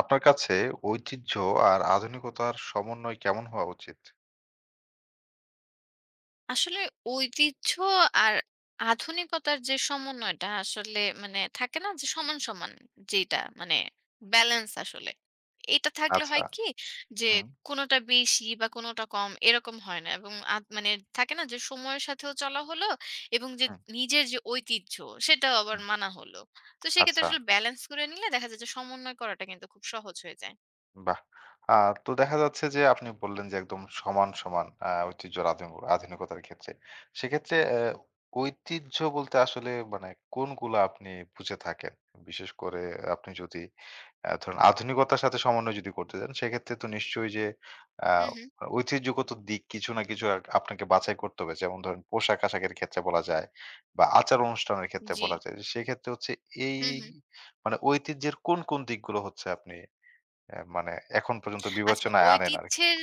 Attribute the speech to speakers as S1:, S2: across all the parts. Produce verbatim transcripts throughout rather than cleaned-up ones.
S1: আপনার কাছে ঐতিহ্য আর আধুনিকতার সমন্বয় কেমন হওয়া উচিত?
S2: আসলে ঐতিহ্য আর আধুনিকতার যে সমন্বয়টা আসলে মানে থাকে না যে সমান সমান যেটা মানে ব্যালেন্স আসলে এটা থাকলে
S1: আচ্ছা।
S2: হয় কি যে
S1: হুম,
S2: কোনোটা বেশি বা কোনোটা কম এরকম হয় না এবং আ- মানে থাকে না যে সময়ের সাথেও চলা হলো এবং যে
S1: হুম,
S2: নিজের যে ঐতিহ্য সেটাও আবার
S1: হুম।
S2: মানা হলো। তো সেক্ষেত্রে
S1: আচ্ছা।
S2: আসলে ব্যালেন্স করে নিলে দেখা যায় যে সমন্বয় করাটা কিন্তু খুব সহজ হয়ে যায়।
S1: বাহ! আ তো দেখা যাচ্ছে যে আপনি বললেন যে একদম সমান, সমান আ ঐতিহ্যর আধুন আধুনিকতার ক্ষেত্রে। সেক্ষেত্রে অ্যা ঐতিহ্য বলতে আসলে মানে কোনগুলা আপনি বুঝে থাকেন? বিশেষ করে আপনি যদি অ্যা ধরেন আধুনিকতার সাথে সমন্বয় যদি করতে যান, সেক্ষেত্রে তো নিশ্চয়ই যে আ
S2: হুম হুম
S1: ঐতিহ্যগত দিক কিছু না কিছু আ আপনাকে বাছাই করতে হবে। যেমন ধরেন পোশাক-আশাকের ক্ষেত্রে বলা যায় বা আচার-অনুষ্ঠানের ক্ষেত্রে
S2: জি।
S1: বলা যায়। যে সেক্ষেত্রে হচ্ছে এই
S2: হুম হুম
S1: মানে ঐতিহ্যের কোন, কোন দিকগুলো হচ্ছে আপনি অ্যা মানে এখন পর্যন্ত
S2: আচ্ছা,
S1: বিবেচনায় আনেন আরকি।
S2: ঐতিহ্যের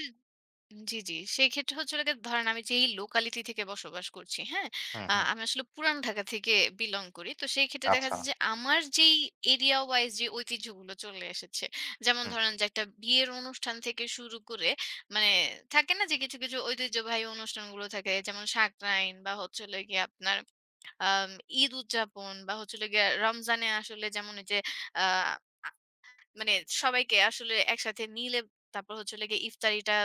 S2: জি, জি। সেক্ষেত্রে হচ্ছে হলো গিয়ে ধরেন আমি যেই লোকালিটি থেকে বসবাস করছি, হ্যাঁ?
S1: হুম,
S2: আ
S1: হুম।
S2: আমি আসলে পুরান ঢাকা থেকে belong করি। তো সেই ক্ষেত্রে দেখা
S1: আচ্ছা।
S2: যায় যে আমার যেই area wise যে ঐতিহ্যগুলো চলে এসেছে, যেমন
S1: হুম।
S2: ধরেন যে একটা বিয়ের অনুষ্ঠান থেকে শুরু করে মানে থাকে না যে কিছু, কিছু ঐতিহ্যবাহী অনুষ্ঠানগুলো থাকে, যেমন সাকরাইন বা হচ্ছে হলো গিয়ে আপনার আম ঈদ উদযাপন বা হচ্ছে হলো গিয়ে রমজানে আসলে, যেমন এই যে আ আ মানে সবাইকে আসলে একসাথে মিলে তারপর হচ্ছে হলো গিয়ে ইফতারিটা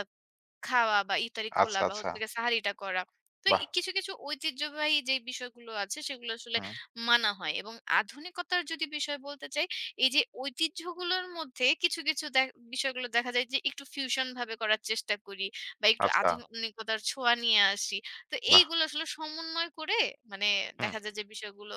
S2: খাওয়া বা ইফতারি খোলা
S1: আচ্ছা,
S2: বা
S1: আচ্ছা।
S2: হচ্ছে গিয়ে সাহারিটা করা। তো
S1: বাহ!
S2: এ কিছু, কিছু ঐতিহ্যবাহী যে বিষয়গুলো আছে সেগুলো আসলে
S1: হুম।
S2: মানা হয় এবং আধুনিকতার যদি বিষয় বলতে চাই, এই যে ঐতিহ্যগুলোর মধ্যে কিছু, কিছু দে বিষয়গুলো দেখা যায় যে একটু ফিউশন ভাবে করার চেষ্টা করি বা একটু
S1: আচ্ছা।
S2: আধুনিকতার ছোঁয়া নিয়ে আসি। তো
S1: বাহ!
S2: এইগুলো আসলে সমন্বয় করে মানে
S1: হুম,
S2: দেখা যায় যে বিষয়গুলো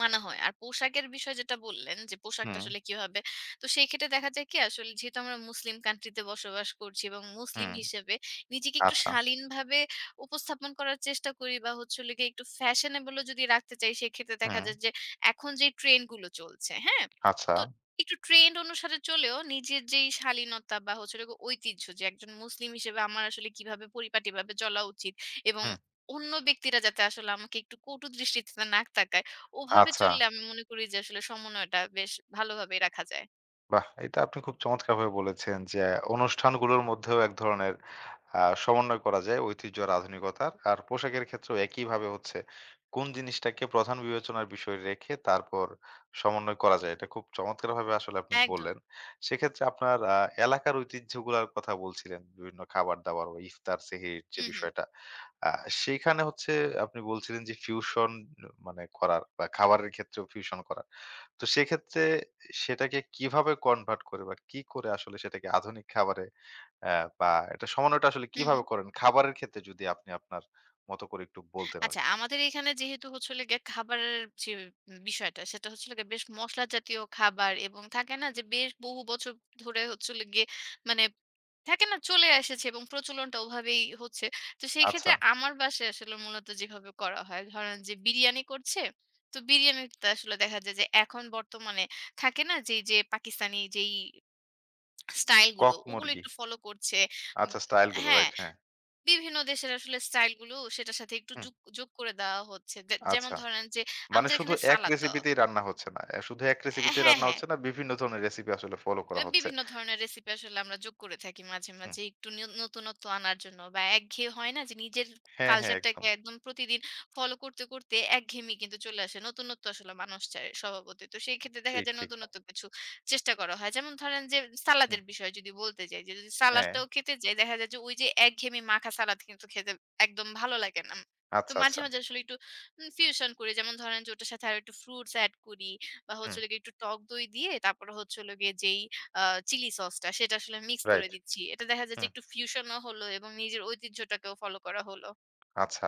S2: মানা হয়। আর পোশাকের বিষয় যেটা বললেন যে, পোশাকটা
S1: হুম,
S2: আসলে কিভাবে, তো সেই ক্ষেত্রে দেখা যায় কি আসলে যেহেতু আমরা মুসলিম কান্ট্রিতে বসবাস করছি এবং মুসলিম
S1: হুম।
S2: হিসেবে নিজেকে একটু
S1: আচ্ছা।
S2: শালীনভাবে উপস্থাপন করার চেষ্টা করি বা হচ্ছে হলো গিয়ে একটু ফ্যাশনেবল ও যদি রাখতে চাই, সেক্ষেত্রে দেখা
S1: হুম।
S2: যায় যে এখন যে ট্রেন্ড গুলো চলছে, হ্যাঁ?
S1: আচ্ছা।
S2: তো একটু ট্রেন্ড অনুসারে চলেও নিজের যেই শালীনতা বা হচ্ছে হলো গিয়ে ঐতিহ্য, যে একজন মুসলিম হিসেবে আমার আসলে কিভাবে পরিপাটিভাবে চলা উচিত এবং
S1: হুম।
S2: অন্য ব্যক্তিরা যাতে আসলে আমাকে একটু কটু দৃষ্টিতে না তাকায়, ওভাবে
S1: আচ্ছা।
S2: চললে আমি মনে করি যে আসলে সমন্বয়টা বেশ ভালোভাবেই রাখা যায়।
S1: বাহ! এটা আপনি খুব চমৎকারভাবে বলেছেন যে, অনুষ্ঠানগুলোর মধ্যেও এক ধরনের আ সমন্বয় করা যায় ঐতিহ্য আর আধুনিকতার। আর পোশাকের ক্ষেত্রেও একইভাবে হচ্ছে কোন জিনিসটাকে প্রধান বিবেচনার বিষয় রেখে তারপর সমন্বয় করা যায়। এটা খুব চমৎকারভাবে আসলে আপনি
S2: একদম।
S1: বললেন। সেক্ষেত্রে আপনার আ এলাকার ঐতিহ্যগুলার কথা বলছিলেন। বিভিন্ন খাবার-দাবার বা ইফতার, সেহরির যে
S2: হুম, হুম।
S1: বিষয়টা। আ সেইখানে হচ্ছে আপনি বলছিলেন যে ফিউশন মানে করার বা খাবারের ক্ষেত্রেও ফিউশন করার। তো সেক্ষেত্রে সেটাকে কিভাবে কনভার্ট করে বা কি করে আসলে সেটাকে আধুনিক খাবারে অ্যা বা এটা সমন্বয়টা আসলে
S2: হুম,
S1: কিভাবে
S2: হুম।
S1: করেন? খাবারের ক্ষেত্রে যদি আপনি আপনার মতো করে একটু বলতেন
S2: আচ্ছা,
S1: আরকি।
S2: আমাদের এখানে যেহেতু হচ্ছে হলো গিয়ে খাবারের যে বিষয়টা, সেটা হচ্ছে হলো গিয়ে বেশ মসলা জাতীয় খাবার এবং থাকে না যে বেশ বহু বছর ধরে হচ্ছে হলো গিয়ে মানে থাকে না চলে এসেছে এবং প্রচলনটা ওভাবেই হচ্ছে। তো সেই
S1: আচ্ছা,
S2: ক্ষেত্রে আমার বাসায় আসলে মূলত যেভাবে করা হয়, ধরেন যে বিরিয়ানি করছে, তো বিরিয়ানিটা আসলে দেখা যায় যে এখন বর্তমানে থাকে না যে এই যে পাকিস্তানি যেই স্টাইল গুলো,
S1: কক
S2: ওগুলো
S1: মুরগি।
S2: একটু ফলো করছে। উম
S1: আচ্ছা, স্টাইল গুলো
S2: হ্যাঁ,
S1: রাইট, হ্যাঁ।
S2: বিভিন্ন দেশের আসলে স্টাইল গুলো সেটার সাথে একটু
S1: হুম,
S2: যুগ যোগ করে দেওয়া হচ্ছে। দে যেমন
S1: আচ্ছা।
S2: ধরেন যে
S1: মানে
S2: আমাদের
S1: শুধু
S2: এখানে
S1: এক
S2: সালাদ দেওয়া,
S1: রেসিপিতেই রান্না হচ্ছে না। অ্যা শুধু এক রেসিপিতেই
S2: হ্যাঁ,
S1: রান্না
S2: হ্যাঁ।
S1: হচ্ছে না, বিভিন্ন ধরনের রেসিপি আসলে ফলো করা
S2: আ
S1: হচ্ছে।
S2: বিভিন্ন ধরনের রেসিপি আসলে আমরা যোগ করে থাকি মাঝে,
S1: হুম।
S2: মাঝে একটু নিউ নতুনত্ব আনার জন্য বা একঘেয়ে হয় না যে নিজের
S1: হ্যাঁ, হ্যাঁ,
S2: কালচারটাকে
S1: একদম।
S2: একদম প্রতিদিন ফলো করতে, করতে একঘেয়েমি কিন্তু চলে আসে। নতুনত্ব আসলে মানুষ চায় স্বভাবতই। তো সেই ক্ষেত্রে দেখা
S1: ঠিক,
S2: যায়
S1: ঠিক।
S2: নতুনত্ব কিছু চেষ্টা করা হয়। যেমন ধরেন যে সালাদের
S1: হুম,
S2: বিষয়ে যদি বলতে যাই, যে যদি
S1: হ্যাঁ।
S2: সালাদটাও খেতে যাই দেখা যায় যে ওই যে একঘেয়েমি মাখা সালাদ কিন্তু খেতে একদম ভালো লাগে না। তো
S1: আচ্ছা,
S2: মাঝে,
S1: আচ্ছা।
S2: মাঝে আসলে একটু উম ফিউশন করি। যেমন ধরেন যে ওটার সাথে আরো একটু ফ্রুটস এড করি বা হচ্ছে
S1: হুম,
S2: হলো গিয়ে একটু টক দই দিয়ে তারপরে হচ্ছে হলো গিয়ে যেই আ চিলি সসটা সেটা আসলে মিক্স করে
S1: রাইট।
S2: দিচ্ছি। এটা দেখা যায় যে
S1: হুম।
S2: একটু ফিউশনও হলো এবং নিজের ঐতিহ্যটাকেও ফলো করা হলো।
S1: আচ্ছা।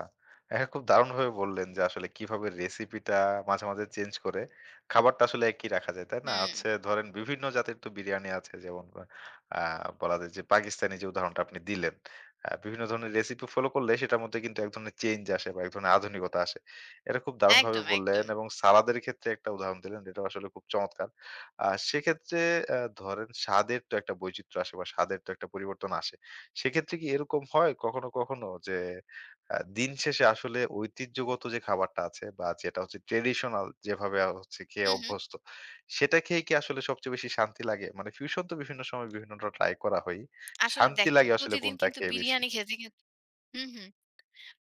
S1: হ্যাঁ, খুব দারুণভাবে বললেন যে আসলে কিভাবে রেসিপিটা মাঝে, মাঝে চেঞ্জ করে খাবারটা আসলে একই রাখা যায়, তাই না?
S2: হুম,
S1: হচ্ছে ধরেন বিভিন্ন জাতের তো বিরিয়ানি আছে যেমন আ বলা যায় যে পাকিস্তানি যে উদাহরণটা আপনি দিলেন। আ বিভিন্ন ধরনের রেসিপি ফলো করলে সেটার মধ্যে কিন্তু এক ধরনের চেঞ্জ আসে বা এক ধরনের আধুনিকতা আসে। এটা খুব দারুণভাবে
S2: একদম,
S1: বললেন
S2: একদম।
S1: এবং সালাদের ক্ষেত্রে একটা উদাহরণ দিলেন, এটাও আসলে খুব চমৎকার। আ সেক্ষেত্রে আ ধরেন স্বাদের তো একটা বৈচিত্র্য আসে বা স্বাদের তো একটা পরিবর্তন আসে। সেক্ষেত্রে কি এরকম হয় কখনো, কখনো যে আ দিন শেষে আসলে ঐতিহ্যগত যে খাবারটা আছে বা যেটা হচ্ছে ট্রেডিশনাল যেভাবে আ হচ্ছে
S2: হু,
S1: খেয়ে
S2: হু।
S1: অভ্যস্ত, সেটা খেয়ে কি আসলে সবচেয়ে বেশি শান্তি লাগে? মানে ফিউশন তো বিভিন্ন সময় বিভিন্নটা ট্রাই করা হয়ই।
S2: আসলে
S1: শান্তি
S2: দেখেন
S1: লাগে আসলে
S2: প্রতিদিন
S1: কোনটা
S2: কিন্তু
S1: খেয়ে বেশি?
S2: বিরিয়ানি খেতে কিন্তু হু, হু,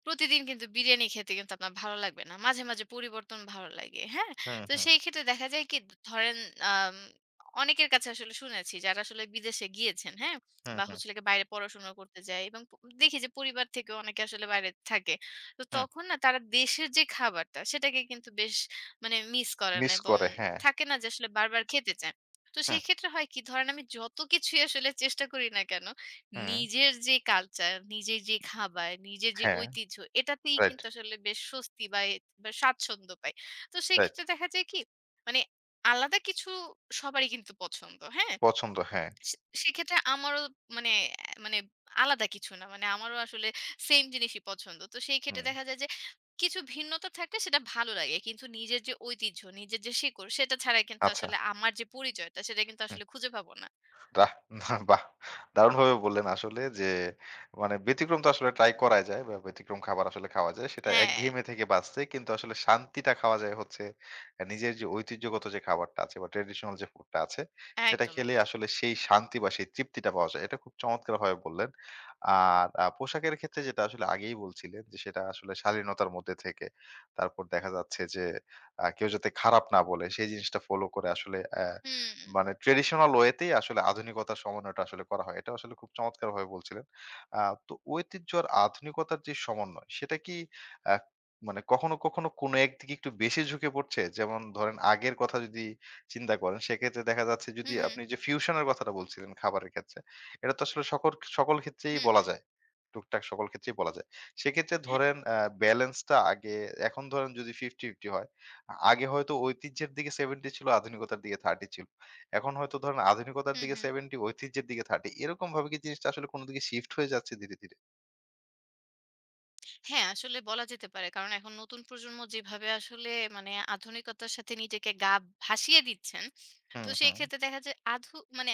S2: প্রতিদিন কিন্তু বিরিয়ানি খেতে কিন্তু আপনার ভালো লাগবে না। মাঝে, মাঝে পরিবর্তন ভালো লাগে। হ্যাঁ?
S1: হুম,
S2: তো
S1: হুম,
S2: সেই ক্ষেত্রে দেখা যায় কি, ধরেন আম অনেকের কাছে আসলে শুনেছি যারা আসলে বিদেশে গিয়েছেন, হ্যাঁ?
S1: হুম,
S2: বা
S1: হুম,
S2: হচ্ছে হলো গিয়ে বাইরে পড়াশোনা করতে যায় এবং প দেখি যে পরিবার থেকেও অনেকে আসলে বাইরে থাকে। তো
S1: হুম।
S2: তখন না তারা দেশের যে খাবারটা সেটাকে কিন্তু বেশ মানে মিস করেন
S1: মিস
S2: এবং
S1: করে, হ্যাঁ।
S2: থাকে না যে আসলে বারবার খেতে চায়। তো
S1: হুম,
S2: সেই ক্ষেত্রে হয় কি, ধরেন আমি যত কিছুই আসলে চেষ্টা করি না কেন,
S1: হুম।
S2: নিজের যে কালচার, নিজের যে খাবার, নিজের যে
S1: হ্যাঁ,
S2: ঐতিহ্য, এটাতেই
S1: রাইট,
S2: কিন্তু আসলে বেশ স্বস্তি বা এ বা স্বাচ্ছন্দ্য পাই। তো
S1: রাইট।
S2: সেক্ষেত্রে দেখা যায় কি, মানে আলাদা কিছু সবারই কিন্তু পছন্দ, হ্যাঁ?
S1: পছন্দ, হ্যাঁ।
S2: সে সেক্ষেত্রে আমারও মানে অ্যা মানে আলাদা কিছু না। মানে আমারও আসলে সেইম জিনিসই পছন্দ। তো সেই ক্ষেত্রে
S1: হুম,
S2: দেখা যায় যে কিছু ভিন্নতা থাকলে সেটা ভালো লাগে। কিন্তু নিজের যে ঐতিহ্য, নিজের যে শিকড় সেটা ছাড়া কিন্তু
S1: আচ্ছা।
S2: আসলে আমার যে পরিচয়টা সেটা কিন্তু
S1: হুম।
S2: আসলে খুঁজে পাবো না।
S1: বাহ! না, বাহ! দারুণভাবে বললেন আসলে যে মানে ব্যতিক্রম তো আসলে ট্রাই করাই যায় বা ব্যতিক্রম খাবার আসলে খাওয়া যায়। সেটা
S2: হ্যাঁ,
S1: একঘেয়েমি থেকে বাঁচতে কিন্তু আসলে শান্তিটা খাওয়া যায় হচ্ছে আ নিজের যে ঐতিহ্যগত যে খাবারটা আছে বা ট্র্যাডিশনাল যে ফুডটা আছে সেটা
S2: একদম,
S1: খেলে
S2: একদম।
S1: আসলে সেই শান্তি বা সেই তৃপ্তিটা পাওয়া যায়। এটা খুব চমৎকারভাবে বললেন। আর আ পোশাকের ক্ষেত্রে যেটা আসলে আগেই বলছিলেন যে সেটা আসলে শালীনতার মধ্যে থেকে তারপর দেখা যাচ্ছে যে আ কেউ যাতে খারাপ না বলে সেই জিনিসটা ফলো করে আসলে অ্যা
S2: হুম,
S1: মানে ট্র্যাডিশনাল ওয়েতেই আসলে আধুনিকতার সমন্বয়টা আসলে করা হয়। এটা আসলে খুব চমৎকারভাবে বলছিলেন। আ তো ঐতিহ্য আর আধুনিকতার যে সমন্বয়, সেটা কি আ মানে কখনো, কখনো কোনো একদিকে একটু বেশি ঝুঁকে পড়ছে? যেমন ধরেন আগের কথা যদি চিন্তা করেন, সেক্ষেত্রে দেখা যাচ্ছে
S2: হুম,
S1: যদি
S2: হুম।
S1: আপনি যে ফিউশন এর কথাটা বলছিলেন খাবারের ক্ষেত্রে, এটা তো আসলে সকর সকল ক্ষেত্রেই
S2: হুম,
S1: বলা
S2: হুম।
S1: যায়। টুকটাক সকল ক্ষেত্রেই বলা যায়। সেক্ষেত্রে
S2: হ্যাঁ,
S1: ধরেন আ ব্যালেন্সটা আগে এখন ধরেন যদি পঞ্চাশ পঞ্চাশ হয়, আ আগে হয়তো ঐতিহ্যের দিকে সত্তর ছিল, আধুনিকতার দিকে ত্রিশ ছিল। এখন হয়তো ধরেন আধুনিকতার
S2: হুম,
S1: দিকে
S2: হুম।
S1: সত্তর, ঐতিহ্যের দিকে ত্রিশ এরকম ভাবে কি জিনিসটা আসলে কোন দিকে শিফট হয়ে যাচ্ছে ধীরে, ধীরে?
S2: হ্যাঁ, আসলে বলা যেতে পারে। কারণ এখন নতুন প্রজন্ম যেভাবে আসলে মানে আধুনিকতার সাথে নিজেকে গা ভাসিয়ে দিচ্ছেন, তো
S1: হুম,
S2: সেই
S1: হুম।
S2: ক্ষেত্রে দেখা যায় আধু মানে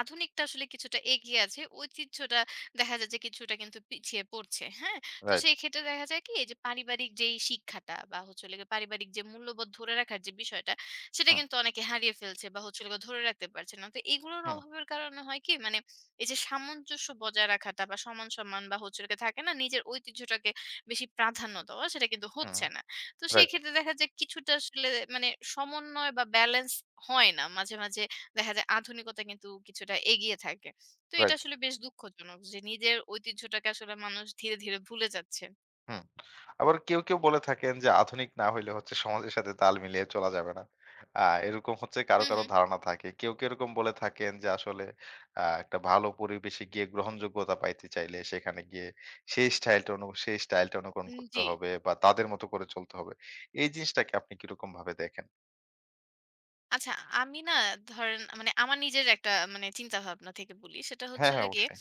S2: আধুনিকটা আসলে কিছুটা এগিয়ে আছে। ঐতিহ্যটা দেখা যায় যে কিছুটা কিন্তু পিছিয়ে পড়ছে। হ্যাঁ? তো
S1: রাইট।
S2: সেই ক্ষেত্রে দেখা যায় কি? যে পারিবারিক যেই শিক্ষাটা বা হচ্ছে হলো গিয়ে পারিবারিক যে মূল্যবোধ ধরে রাখার যে বিষয়টা, সেটা
S1: হুম,
S2: কিন্তু অনেকে হারিয়ে ফেলছে বা হচ্ছে হলো গিয়ে ধরে রাখতে পারছে না। তো এগুলোর
S1: হুম,
S2: অভাবের কারণে হয় কি? মানে এই যে সামঞ্জস্য বজায় রাখাটা বা সমান সম্মান বা হচ্ছে হলো গিয়ে থাকে না? নিজের ঐতিহ্যটাকে বেশি প্রাধান্য দেওয়া, সেটা কিন্তু
S1: হুম।
S2: হচ্ছে না। তো সেই
S1: রাইট,
S2: ক্ষেত্রে দেখা যায় কিছুটা আসলে মানে সমন্বয় বা ব্যালেন্স হয় না। মাঝে, মাঝে দেখা যায় আধুনিকতা কিন্তু কিছুটা এগিয়ে থাকে। তো এটা
S1: রাইট।
S2: আসলে বেশ দুঃখজনক যে নিজের ঐতিহ্যটাকে আসলে মানুষ ধীরে, ধীরে ভুলে যাচ্ছে।
S1: হুম। আবার কেউ, কেউ বলে থাকেন যে আধুনিক না হইলে হচ্ছে সমাজের সাথে তাল মিলিয়ে চলা যাবে না। আ এরকম হচ্ছে কারো,
S2: হুম,
S1: কারো
S2: হুম।
S1: ধারণা থাকে। কেউ, কেউ এরকম বলে থাকেন যে আসলে আ একটা ভালো পরিবেশে গিয়ে গ্রহণযোগ্যতা পাইতে চাইলে সেখানে গিয়ে সেই স্টাইলটা অনু সেই স্টাইলটা অনুকরণ
S2: উম
S1: করতে
S2: জি।
S1: হবে বা তাদের মতো করে চলতে হবে। এই জিনিসটাকে আপনি কিরকম ভাবে দেখেন?
S2: আচ্ছা, আমি না ধরেন মানে আমার নিজের একটা মানে চিন্তাভাবনা থেকে বলি। সেটা হচ্ছে
S1: হ্যাঁ,
S2: হলো
S1: হ্যাঁ,
S2: গিয়ে
S1: অবশ্যই।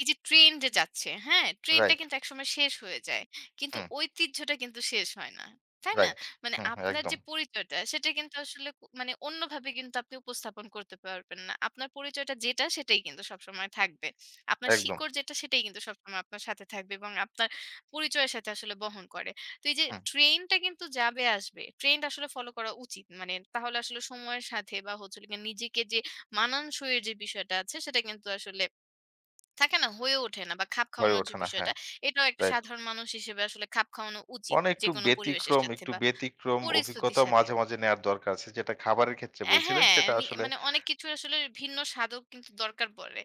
S2: এই যে ট্রেন যে যাচ্ছে, হ্যাঁ? ট্রেনটা
S1: রাইট।
S2: কিন্তু একসময় শেষ হয়ে যায়। কিন্তু
S1: হুম,
S2: ঐতিহ্যটা কিন্তু শেষ হয় না। তাই না?
S1: রাইট।
S2: মানে
S1: হুম, হুম,
S2: আপনার
S1: একদম,
S2: যে পরিচয়টা সেটা কিন্তু আসলে কো মানে অন্যভাবে কিন্তু আপনি উপস্থাপন করতে পারবেন না। আপনার পরিচয়টা যেটা সেটাই কিন্তু সবসময় থাকবে। আপনার
S1: একদম।
S2: শিকড় যেটা সেটাই কিন্তু সবসময় আপনার সাথে থাকবে এবং আপনার পরিচয়ের সাথে আসলে বহন করে। তো এই যে
S1: হুম,
S2: ট্রেনটা কিন্তু যাবে আসবে। ট্রেন্ড আসলে ফলো করা উচিত। মানে তাহলে আসলে সময়ের সাথে বা হচ্ছে হলো গিয়ে নিজেকে যে মানানসইয়ের যে বিষয়টা আছে সেটা কিন্তু আসলে থাকে না? হয়ে ওঠে না বা খাপ
S1: হয়ে
S2: খাওয়ানোর যে
S1: ওঠে না।
S2: বিষয়টা,
S1: হ্যাঁ,
S2: এটাও একটা
S1: রাইট।
S2: সাধারণ মানুষ হিসেবে আসলে খাপ খাওয়ানো উচিত।
S1: মানে একটু
S2: যেকোনো পরিবেশের
S1: ব্যতিক্রম,
S2: সাথে
S1: একটু
S2: বা
S1: ব্যতিক্রম
S2: পরিস্থিতির
S1: অভিজ্ঞতা
S2: সাথে।
S1: মাঝে, মাঝে নেয়ার দরকার আছে। যেটা খাবারের ক্ষেত্রে
S2: অ্যা
S1: বলছিলেন
S2: হ্যাঁ,
S1: সেটা
S2: নি
S1: আসলে
S2: মানে অনেক কিছু আসলে ভিন্ন স্বাদও কিন্তু দরকার পড়ে।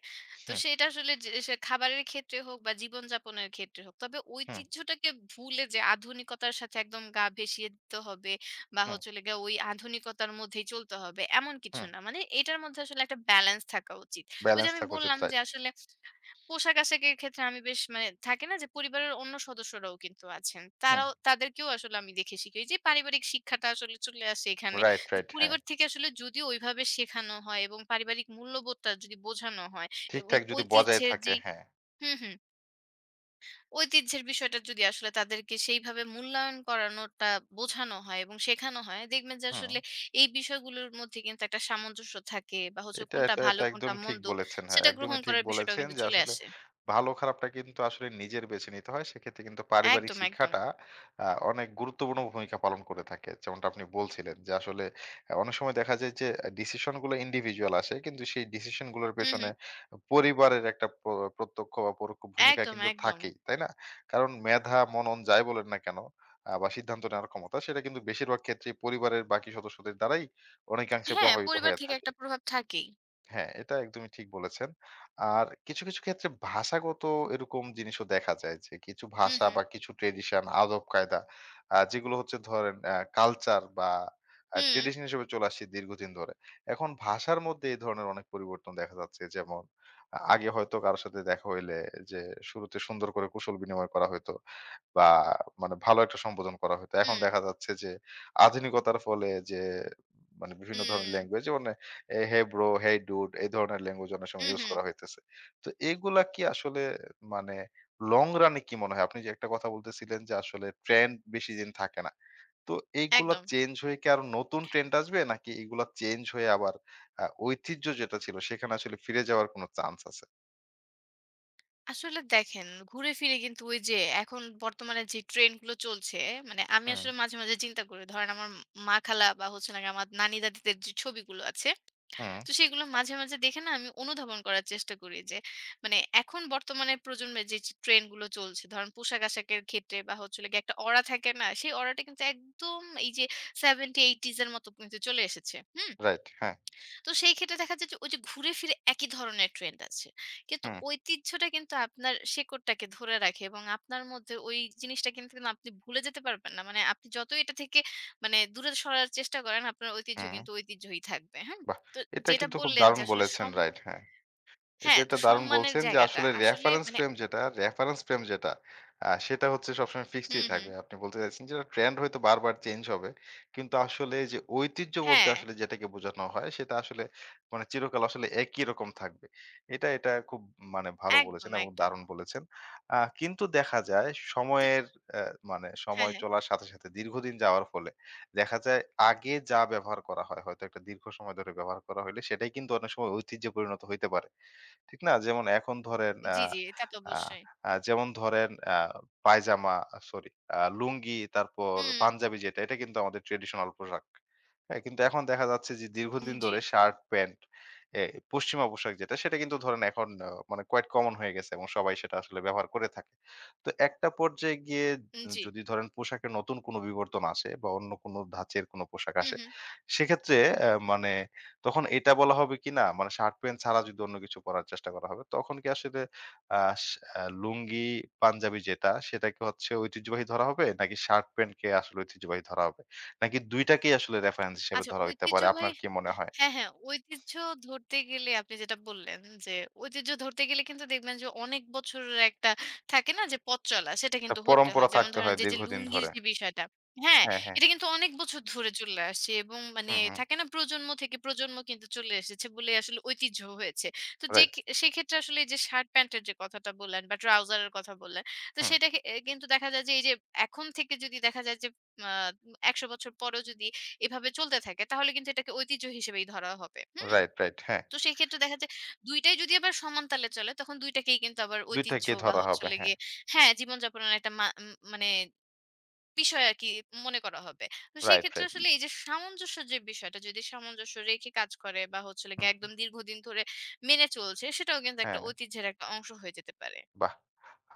S2: তো
S1: হুম,
S2: সেটা আসলে যে সে খাবারের ক্ষেত্রে হোক বা জীবনযাপনের ক্ষেত্রে হোক। তবে
S1: হুম,
S2: ঐতিহ্যটাকে ভুলে যে আধুনিকতার সাথে একদম গা ভেসিয়ে দিতে হবে বা
S1: হুম,
S2: হচ্ছে হলো গিয়ে ওই আধুনিকতার মধ্যেই চলতে হবে এমন কিছু
S1: হুম,
S2: না। মানে এটার মধ্যে আসলে একটা ব্যালেন্স থাকা উচিত। ওই যে
S1: ব্যালেন্স
S2: আমি
S1: থাকা উচিত।
S2: বললাম যে
S1: রাইট।
S2: আসলে পোশাক-আশাকের ক্ষেত্রে আমি বেশ মানে থাকে না যে পরিবারের অন্য সদস্যরাও কিন্তু আছেন।
S1: হুম,
S2: তারাও তাদেরকেও আসলে আমি দেখে শিখি। ওই যে পারিবারিক শিক্ষাটা আসলে চলে আসে এখানে।
S1: রাইট,
S2: যে
S1: রাইট। হ্যাঁ।
S2: পরিবার থেকে আসলে যদিও ওইভাবে শেখানো হয় এবং পারিবারিক মূল্যবোধটা যদি বোঝানো হয় এবং
S1: ঠিকঠাক যদি বজায়
S2: ঐতিহ্যের
S1: থাকে,
S2: যেই
S1: হ্যাঁ।
S2: হুম, হুম, ঐতিহ্যের বিষয়টা যদি আসলে তাদেরকে সেইভাবে মূল্যায়ন করানোটা বোঝানো হয় এবং শেখানো হয়, দেখবেন যে
S1: হুম।
S2: আসলে এই বিষয়গুলোর মধ্যে কিন্তু একটা সামঞ্জস্য থাকে বা হচ্ছে
S1: এটা,
S2: কোনটা
S1: এটা,
S2: ভালো,
S1: এটা
S2: কোনটা
S1: একদম ঠিক
S2: মন্দ
S1: বলেছেন। হ্যাঁ,
S2: সেটা গ্রহণ
S1: একদমই ঠিক
S2: করার বিষয়টাও
S1: বলেছেন
S2: কিন্তু
S1: যে
S2: চলে
S1: আসলে
S2: আসে।
S1: ভালো খারাপটা কিন্তু আসলে নিজের বেছে নিতে হয়। সেক্ষেত্রে কিন্তু পারিবারিক
S2: একদম, একদম।
S1: শিক্ষাটা আ অনেক গুরুত্বপূর্ণ ভূমিকা পালন করে থাকে। যেমনটা আপনি বলছিলেন যে আসলে আ অনেক সময় দেখা যায় যে আ ডিসিশন গুলো ইন্ডিভিজুয়াল আসে। কিন্তু সেই ডিসিশন গুলোর
S2: হুম,
S1: পেছনে
S2: হুম।
S1: পরিবারের একটা প্র প্রত্যক্ষ বা পরোক্ষ ভূমিকা
S2: একদম,
S1: কিন্তু
S2: একদম।
S1: থাকেই। তাই না? কারণ মেধা, মনন যাই বলেন না কেন আ বা সিদ্ধান্ত নেওয়ার ক্ষমতা সেটা কিন্তু বেশিরভাগ ক্ষেত্রেই পরিবারের বাকি সদস্যদের দ্বারাই অনেকাংশে
S2: হ্যাঁ,
S1: প্রভাবিত
S2: পরিবার
S1: হয়ে
S2: থেকে
S1: থাকে।
S2: একটা প্রভাব থাকেই।
S1: হ্যাঁ, এটা একদমই ঠিক বলেছেন। আর কিছু, কিছু ক্ষেত্রে ভাষাগত এরকম জিনিসও দেখা যায় যে কিছু
S2: হুম,
S1: ভাষা
S2: হুম।
S1: বা কিছু ট্র্যাডিশন, আদব-কায়দা আ যেগুলো হচ্ছে ধরেন আ কালচার বা আ
S2: হুম,
S1: ট্র্যাডিশন হিসেবে চলে আসছে দীর্ঘদিন ধরে। এখন ভাষার মধ্যে এই ধরনের অনেক পরিবর্তন দেখা যাচ্ছে। যেমন আ আগে হয়তো কারো সাথে দেখা হইলে যে শুরুতে সুন্দর করে কুশল বিনিময় করা হইতো। বা মানে ভালো একটা সম্বোধন করা হতো। এখন
S2: হুম,
S1: দেখা যাচ্ছে যে আধুনিকতার ফলে যে মানে বিভিন্ন
S2: হুম,
S1: ধরনের ল্যাঙ্গুয়েজ মানে এ "হে ব্রো", "হেই ডুড" এই ধরনের ল্যাঙ্গুয়েজ অনেক সময়
S2: হুম,
S1: ইউজ
S2: হুম।
S1: করা হইতেছে। তো এগুলা কি আসলে মানে লং রানে কি মনে হয়? আপনি যে একটা কথা বলতেছিলেন যে আসলে ট্রেন্ড বেশিদিন থাকে না। তো এইগুলা
S2: একদম।
S1: চেঞ্জ হয়ে কি আরো নতুন ট্রেন্ড আসবে? নাকি এগুলা চেঞ্জ হয়ে আবার আ ঐতিহ্য যেটা ছিল সেখানে আসলে ফিরে যাওয়ার কোনো চান্স আছে?
S2: আসলে দেখেন ঘুরে ফিরে কিন্তু ওই যে এখন বর্তমানে যে ট্রেন্ড গুলো চলছে, মানে আমি
S1: হুম,
S2: আসলে মাঝে, মাঝে চিন্তা করি। ধরেন আমার মা খালা বা হচ্ছে না গিয়ে আমার নানি দাদিদের যে ছবিগুলো আছে,
S1: হুম।
S2: তো সেগুলো মাঝে, মাঝে দেখে না আমি অনুধাবন করার চেষ্টা করি যে, মানে এখন বর্তমানে প্রজন্মের যে যে ট্রেন্ড গুলো চলছে, ধরেন পোশাক-আশাকের ক্ষেত্রে বা হচ্ছে হলো গিয়ে একটা অরা থাকে না? সেই অরাটা কিন্তু একদম এই যে সত্তর, আশির এর মতো কিন্তু চলে এসেছে। হুম?
S1: রাইট। হ্যাঁ।
S2: তো সেই ক্ষেত্রে দেখা যায় যে ওই যে ঘুরে ফিরে একই ধরনের ট্রেন্ড আছে। কিন্তু
S1: হুম,
S2: ঐতিহ্যটা কিন্তু আপনার শেকড়টাকে ধরে রাখে এবং আপনার মধ্যে ওই জিনিসটা কিন্তু না আপনি ভুলে যেতে পারবেন না। মানে আপনি যতই এটা থেকে মানে দূরে সরার চেষ্টা করেন আপনার ঐতিহ্য
S1: হুম।
S2: কিন্তু ঐতিহ্যই থাকবে। হ্যাঁ?
S1: বাহ!
S2: তো
S1: এটা
S2: যেটা
S1: কিন্তু খুব
S2: বললেন যে
S1: দারুণ
S2: আসলে
S1: বলেছেন।
S2: সম
S1: রাইট, হ্যাঁ। এটা
S2: হ্যাঁ, তো
S1: একটা দারুণ
S2: সম্মানের
S1: বলছেন যে
S2: জায়গাটা
S1: আসলে
S2: আসলে
S1: রেফারেন্স
S2: মানে
S1: ফ্রেম যেটা, রেফারেন্স ফ্রেম যেটা আ সেটা হচ্ছে সবসময়
S2: হুম,
S1: ফিক্সডই
S2: হুম।
S1: থাকবে। আপনি বলতে চাইছেন যে ট্রেন্ড হয়তো বারবার চেঞ্জ হবে। কিন্তু আসলে যে ঐতিহ্য বলতে
S2: হ্যাঁ,
S1: আসলে যেটাকে বোঝানো হয় সেটা আসলে মানে চিরকাল আসলে একই রকম থাকবে। এটা, এটা খুব মানে ভালো বলেছেন
S2: একদম,
S1: এবং
S2: একদম।
S1: দারুণ বলেছেন। আ কিন্তু দেখা যায়
S2: তো
S1: সময়ের অ্যা মানে
S2: হ্যাঁ,
S1: সময়
S2: হ্যাঁ।
S1: চলার সাথে, সাথে দীর্ঘদিন যাওয়ার ফলে দেখা যায় আগে যা ব্যবহার করা হয়, হয়তো একটা দীর্ঘ সময় ধরে ব্যবহার করা হইলে সেটাই কিন্তু অনেক সময় ঐতিহ্যে পরিণত হইতে পারে। ঠিক না? যেমন এখন ধরেন আ
S2: জি, জি। এটা তো
S1: আ
S2: অবশ্যই।
S1: আ যেমন ধরেন আ পায়জামা, সরি, আ লুঙ্গি তারপর
S2: হুম,
S1: পাঞ্জাবি যেটা এটা কিন্তু আমাদের ট্রেডিশনাল পোশাক। হ্যাঁ? কিন্তু এখন দেখা যাচ্ছে যে দীর্ঘদিন
S2: জি,
S1: ধরে শার্ট, প্যান্ট এ পশ্চিমা পোশাক যেটা সেটা কিন্তু ধরেন এখন আ মানে কোয়াইট কমন হয়ে গেছে এবং সবাই সেটা আসলে ব্যবহার করে থাকে। তো একটা পর্যায়ে গিয়ে উম
S2: জি।
S1: যদি ধরেন পোশাকের নতুন কোনো বিবর্তন আসে বা অন্য কোনো ধাঁচের কোনো পোশাক
S2: হুম,
S1: আসে,
S2: হুম।
S1: সেক্ষেত্রে অ্যা মানে তখন এটা বলা হবে কি না, মানে শার্ট প্যান্ট ছাড়া যদি অন্য কিছু পরার চেষ্টা করা হবে। তখন কি আসলে আ সা লুঙ্গি, পাঞ্জাবি যেটা সেটাকে হচ্ছে ঐতিহ্যবাহী ধরা হবে? নাকি শার্ট প্যান্টকে আসলে ঐতিহ্যবাহী ধরা হবে? নাকি দুই টাকেই আসলে রেফারেন্স হিসেবে
S2: আচ্ছা,
S1: ধরা হইতে পারে?
S2: ঐতিহ্যবাহী
S1: আপনার কি মনে হয়?
S2: হ্যাঁ, হ্যাঁ। ঐতিহ্য ধরতে গেলে আপনি যেটা বললেন যে, ঐতিহ্য ধরতে গেলে কিন্তু দেখবেন যে অনেক বছরের একটা থাকে না যে পথ চলা, সেটা
S1: একটা
S2: কিন্তু হতে হয়।
S1: পরম্পরা
S2: যেমন
S1: থাকতে
S2: ধরেন
S1: হয়
S2: যে, যে
S1: দীর্ঘদিন
S2: লুঙ্গির
S1: ধরে।
S2: যে বিষয়টা হ্যাঁ,
S1: হ্যাঁ, হ্যাঁ।
S2: এটা কিন্তু অনেক বছর ধরে চলে আসছে এবং মানে
S1: হুম, হুম।
S2: থাকে না প্রজন্ম থেকে প্রজন্ম কিন্তু চলে এসেছে বলে আসলে ঐতিহ্য হয়েছে। তো যে
S1: রাইট।
S2: খে সেক্ষেত্রে আসলে এই যে শার্ট প্যান্টের যে কথাটা বললেন বা ট্রাউজারের কথা বললেন, তো
S1: হুম।
S2: সেটা খে এ কিন্তু দেখা যায় যে এই যে এখন থেকে যদি দেখা যায় যে আ একশ বছর পরেও যদি এভাবে চলতে থাকে তাহলে কিন্তু এটাকে ঐতিহ্য হিসেবেই ধরা হবে। হুম?
S1: Right, right. হ্যাঁ।
S2: তো সেক্ষেত্রে দেখা যায় দুই টাই যদি আবার সমান তালে চলে, তখন দুই টাকেই কিন্তু আবার
S1: দুই
S2: ঐতিহ্য
S1: টাকেই
S2: বা
S1: ধরা
S2: হচ্ছে
S1: হবে।
S2: হলো
S1: হ্যাঁ।
S2: গিয়ে হ্যাঁ, জীবনযাপনের একটা মা উম মানে বিষয় আরকি মনে করা হবে। তো সেই
S1: রাইট,
S2: ক্ষেত্রে
S1: রাইট।
S2: আসলে এই যে সামঞ্জস্য যে বিষয়টা যদি সামঞ্জস্য রেখে কাজ করে বা হচ্ছে হলো গিয়ে
S1: হুম।
S2: একদম দীর্ঘদিন ধরে মেনে চলছে সেটাও কিন্তু একটা
S1: হ্যাঁ।
S2: ঐতিহ্যের একটা অংশ হয়ে যেতে পারে।
S1: বাহ!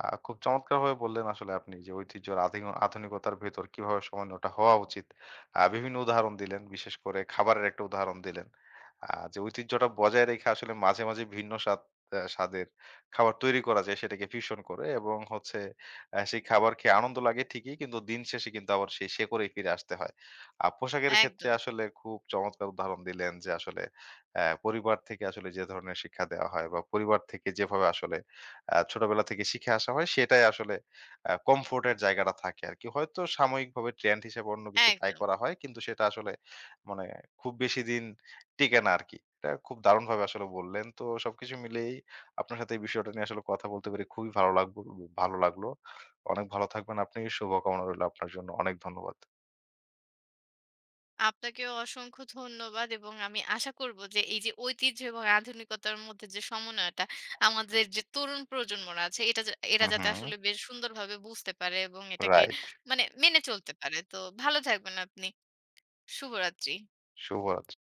S1: আ খুব চমৎকারভাবে বললেন আসলে আপনি যে ঐতিহ্য আর আধি আধুনিকতার ভেতর কিভাবে সমন্বয়টা হওয়া উচিত। আ বিভিন্ন উদাহরণ দিলেন, বিশেষ করে খাবারের একটা উদাহরণ দিলেন। আ যে ঐতিহ্যটা বজায় রেখে আসলে মাঝে, মাঝে ভিন্ন স্বাদ আ স্বাদের খাবার তৈরি করা যায় সেটাকে ফিউশন করে এবং হচ্ছে আ সেই খাবার খেয়ে আনন্দ লাগে ঠিকই কিন্তু দিন শেষে কিন্তু আবার সেই শেকড়েই ফিরে আসতে হয়। আ পোশাকের ক্ষেত্রে
S2: একদম,
S1: আসলে খুব চমৎকার উদাহরণ দিলেন যে আসলে অ্যা পরিবার থেকে আসলে যে ধরনের শিক্ষা দেওয়া হয় বা পরিবার থেকে যেভাবে আসলে আ ছোটবেলা থেকে শিখে আসা হয় সেটাই আসলে আ কমফোর্ট এর জায়গাটা থাকে আরকি। হয়তো সাময়িকভাবে ট্রেন্ড হিসেবে অন্য কিছু ট্রাই
S2: একদম।
S1: করা হয়। কিন্তু সেটা আসলে মানে খুব বেশিদিন টিকে না আরকি। এটা খুব দারুণভাবে আসলে বললেন। তো সবকিছু মিলিয়েই আপনার সাথে এই বিষয়টা নিয়ে আসলে কথা বলতে পেরে খুবই ভালো লাগবো ভালো লাগলো। অনেক ভালো থাকবেন আপনি। শুভকামনা রইলো আপনার জন্য। অনেক ধন্যবাদ।
S2: আপনাকেও অসংখ্য ধন্যবাদ এবং আমি আশা করব যে এই যে ঐতিহ্য এবং আধুনিকতার মধ্যে যে সমন্বয়টা আমাদের যে তরুণ প্রজন্মরা আছে এটা যা- এরা
S1: হুম,
S2: যাতে
S1: হুম।
S2: আসলে বেশ সুন্দরভাবে বুঝতে পারে এবং এটাকে
S1: রাইট।
S2: মানে মেনে চলতে পারে। তো ভালো থাকবেন আপনি। শুভরাত্রি।
S1: শুভরাত